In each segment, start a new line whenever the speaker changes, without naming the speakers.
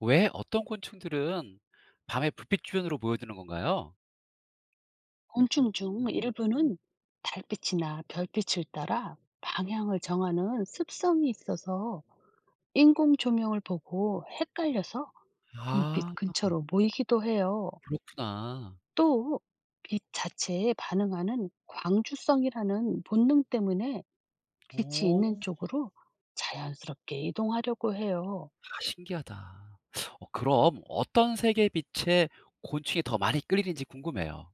왜 어떤 곤충들은 밤에 불빛 주변으로 모여드는 건가요?
곤충 중 일부는 달빛이나 별빛을 따라 방향을 정하는 습성이 있어서 인공 조명을 보고 헷갈려서 불빛
아.
근처로 모이기도 해요.
그렇구나.
또, 빛 자체에 반응하는 광주성이라는 본능 때문에 빛이 있는
오.
쪽으로 자연스럽게 이동하려고 해요.
아, 신기하다. 그럼 어떤 색의 빛에 곤충이 더 많이 끌리는지 궁금해요.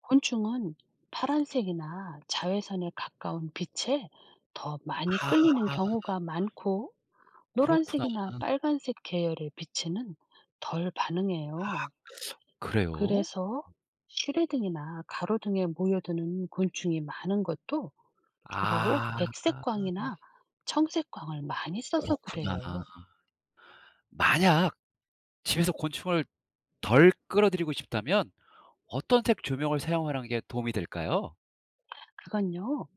곤충은 파란색이나 자외선에 가까운 빛에 더 많이
아.
끌리는 경우가 많고,
그렇구나.
노란색이나 빨간색 계열의 빛에는 덜 반응해요.
그래요?
그래서 실외등이나 가로등에 모여드는 곤충이 많은 것도 주로
아,
백색광이나 청색광을 많이 써서
그렇구나.
그래요.
만약 집에서 곤충을 덜 끌어들이고 싶다면 어떤 색 조명을 사용하는 게 도움이 될까요?
그건요,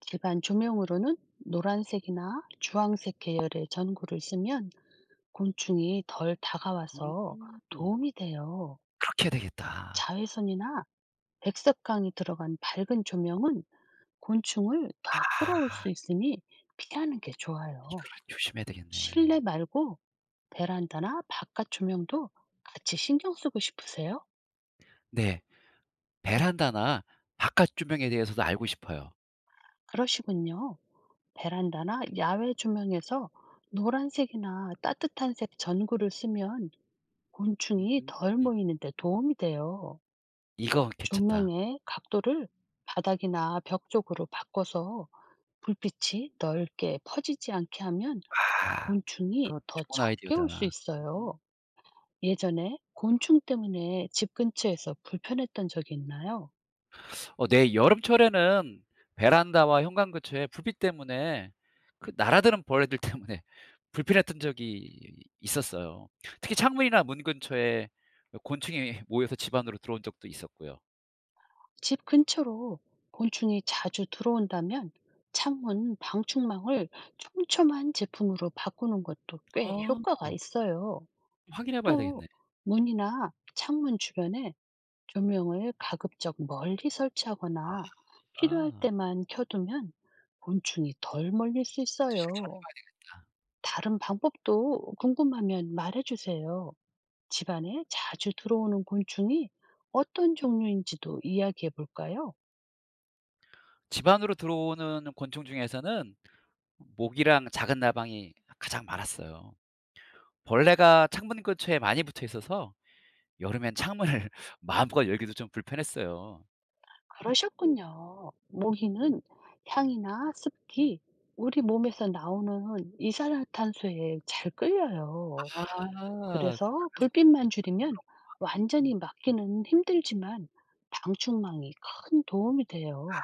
집안 조명으로는 노란색이나 주황색 계열의 전구를 쓰면 곤충이 덜 다가와서
음.
도움이 돼요.
그렇게 해야 되겠다.
자외선이나 백색광이 들어간 밝은 조명은 곤충을 더 끌어올
아.
수 있으니 피하는 게
이걸
좋아요.
조심해야 되겠네.
실내 말고 베란다나 바깥 조명도 같이 신경 쓰고 싶으세요?
네, 베란다나 바깥 조명에 대해서도 알고 싶어요.
그러시군요. 베란다나 야외 조명에서 노란색이나 따뜻한 색 전구를 쓰면 곤충이
음.
덜 모이는데 도움이 돼요.
이거 괜찮다.
조명의 각도를 바닥이나 벽 쪽으로 바꿔서 불빛이 넓게 퍼지지 않게 하면
아,
곤충이
그거
더
좋은
적게 올 수
아이디어다. 음.
있어요. 예전에 곤충 때문에 집 근처에서 불편했던 적이 있나요?
네. 여름철에는 베란다와 현관 근처에 불빛 때문에 그 날아드는 벌레들 때문에 불편했던 적이 있었어요. 특히 창문이나 문 근처에 곤충이 모여서 집 안으로 들어온 적도 있었고요.
집 근처로 곤충이 자주 들어온다면 창문 방충망을 촘촘한 제품으로 바꾸는 것도 꽤
아,
효과가 있어요.
확인해 봐야
또
되겠네.
문이나 창문 주변에 조명을 가급적 멀리 설치하거나 필요할
아.
때만 켜두면 곤충이 덜 몰릴 수 있어요. 다른 방법도 궁금하면 말해주세요. 집안에 자주 들어오는 곤충이 어떤 종류인지도 이야기해 볼까요?
집 안으로 들어오는 곤충 중에서는 모기랑 작은 나방이 가장 많았어요. 벌레가 창문 근처에 많이 붙어 있어서 여름엔 창문을 마음껏 열기도 좀 불편했어요.
그러셨군요. 모기는 향이나 습기, 우리 몸에서 나오는 이산화탄소에 잘 끌려요.
아, 아,
그래서 불빛만 줄이면 완전히 막기는 힘들지만 방충망이 큰 도움이 돼요.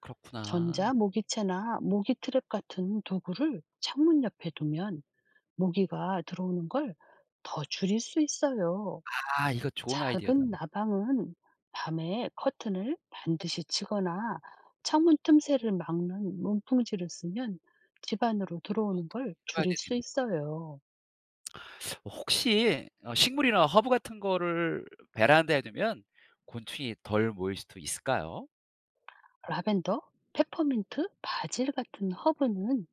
그렇구나.
전자 모기채나 모기 트랩 같은 도구를 창문 옆에 두면 모기가 들어오는 걸 더 줄일 수 있어요.
아, 이거 좋은 아이디어다.
작은 나방은 밤에 커튼을 반드시 치거나 창문 틈새를 막는 문풍지를 쓰면 집 안으로 들어오는 걸
해 봐야
줄일 수
되겠네.
있어요.
혹시 식물이나 허브 같은 거를 베란다에 두면 곤충이 덜 모일 수도 있을까요?
라벤더, 페퍼민트, 바질 같은 허브는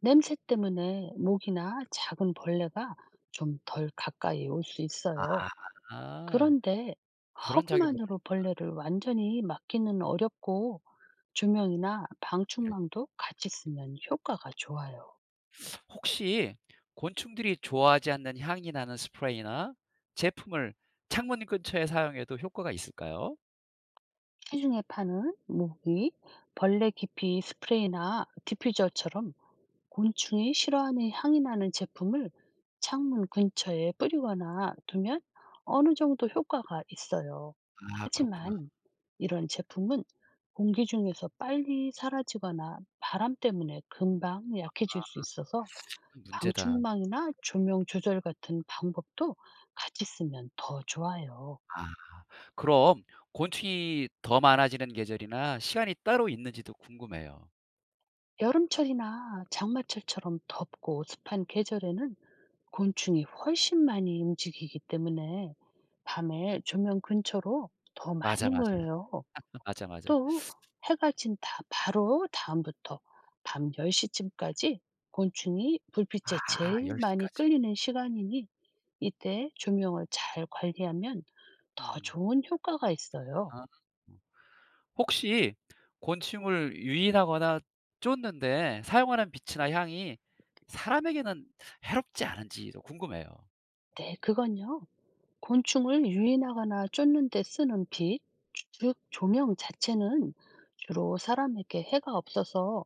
냄새 때문에 모기나 작은 벌레가 좀 덜 가까이 올 수 있어요.
아,
그런데
그런 작용을.
허브만으로 벌레를 완전히 막기는 어렵고 조명이나 방충망도 같이 쓰면 효과가 좋아요.
혹시 곤충들이 좋아하지 않는 향이 나는 스프레이나 제품을 창문 근처에 사용해도 효과가 있을까요?
시중에 파는 모기, 벌레 기피 스프레이나 디퓨저처럼 곤충이 싫어하는 향이 나는 제품을 창문 근처에 뿌리거나 두면 어느 정도 효과가 있어요.
아, 그렇구나.
하지만 이런 제품은 공기 중에서 빨리 사라지거나 바람 때문에 금방 약해질 수 있어서
문제다.
방충망이나 조명 조절 같은 방법도 같이 쓰면 더 좋아요.
아, 그럼 곤충이 더 많아지는 계절이나 시간이 따로 있는지도 궁금해요.
여름철이나 장마철처럼 덥고 습한 계절에는 곤충이 훨씬 많이 움직이기 때문에 밤에 조명 근처로 더
맞아,
많이
맞아.
모여요.
맞아, 맞아.
또 해가 진다 바로 다음부터 밤 10시쯤까지 곤충이 불빛에
아,
제일
10시
많이
시까지.
끌리는 시간이니 이때 조명을 잘 관리하면 더
음.
좋은 효과가 있어요.
아. 혹시 곤충을 유인하거나 쫓는데 사용하는 빛이나 향이 사람에게는 해롭지 않은지도 궁금해요.
네, 그건요. 곤충을 유인하거나 쫓는 데 쓰는 빛, 즉 조명 자체는 주로 사람에게 해가 없어서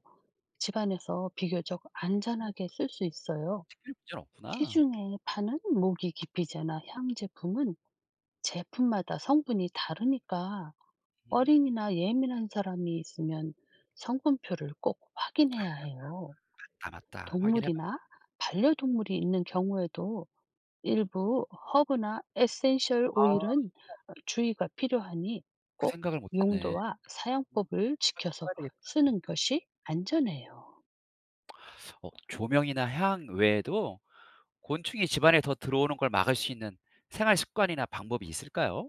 집안에서 비교적 안전하게 쓸 수 있어요.
별 문제는 없구나.
시중에 파는 모기 기피제나 향 제품은 제품마다 성분이 다르니까
음.
어린이나 예민한 사람이 있으면 성분표를 꼭 확인해야 해요.
아, 맞다. 확인해 봐야.
동물이나 반려동물이 있는 경우에도 일부 허브나 에센셜
아,
오일은 주의가 필요하니
그
꼭
생각을 못 했네.
용도와
음, 해
사용법을 지켜서
봐야 되겠.
쓰는 것이 안전해요.
어, 조명이나 향 외에도 곤충이 집안에 더 들어오는 걸 막을 수 있는 생활 습관이나 방법이 있을까요?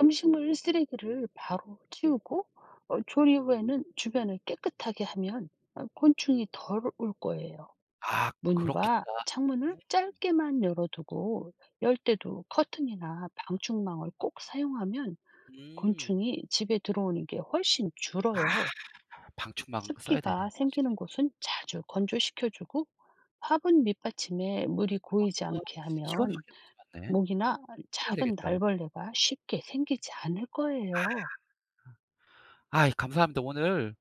음식물 쓰레기를 바로 치우고 조리 후에는 주변을 깨끗하게 하면 곤충이 덜 올 거예요.
아, 그렇겠다.
문과 창문을
음.
짧게만 열어두고 열 때도 커튼이나 방충망을 꼭 사용하면
음.
곤충이 집에 들어오는 게 훨씬
아,
줄어요.
방충망 써야 되네
습기가
확실히.
생기는 곳은 자주 건조시켜주고 화분 밑받침에 물이 고이지
아,
않게
이건
하면
확인 못 해 봤네. 해
모기나
봐야
작은
되겠다.
날벌레가 쉽게 생기지 않을 거예요.
아이, 감사합니다. 오늘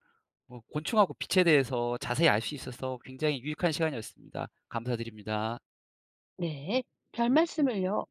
뭐 곤충하고 빛에 대해서 자세히 알 수 있어서 굉장히 유익한 시간이었습니다. 감사드립니다.
네, 별 말씀을요.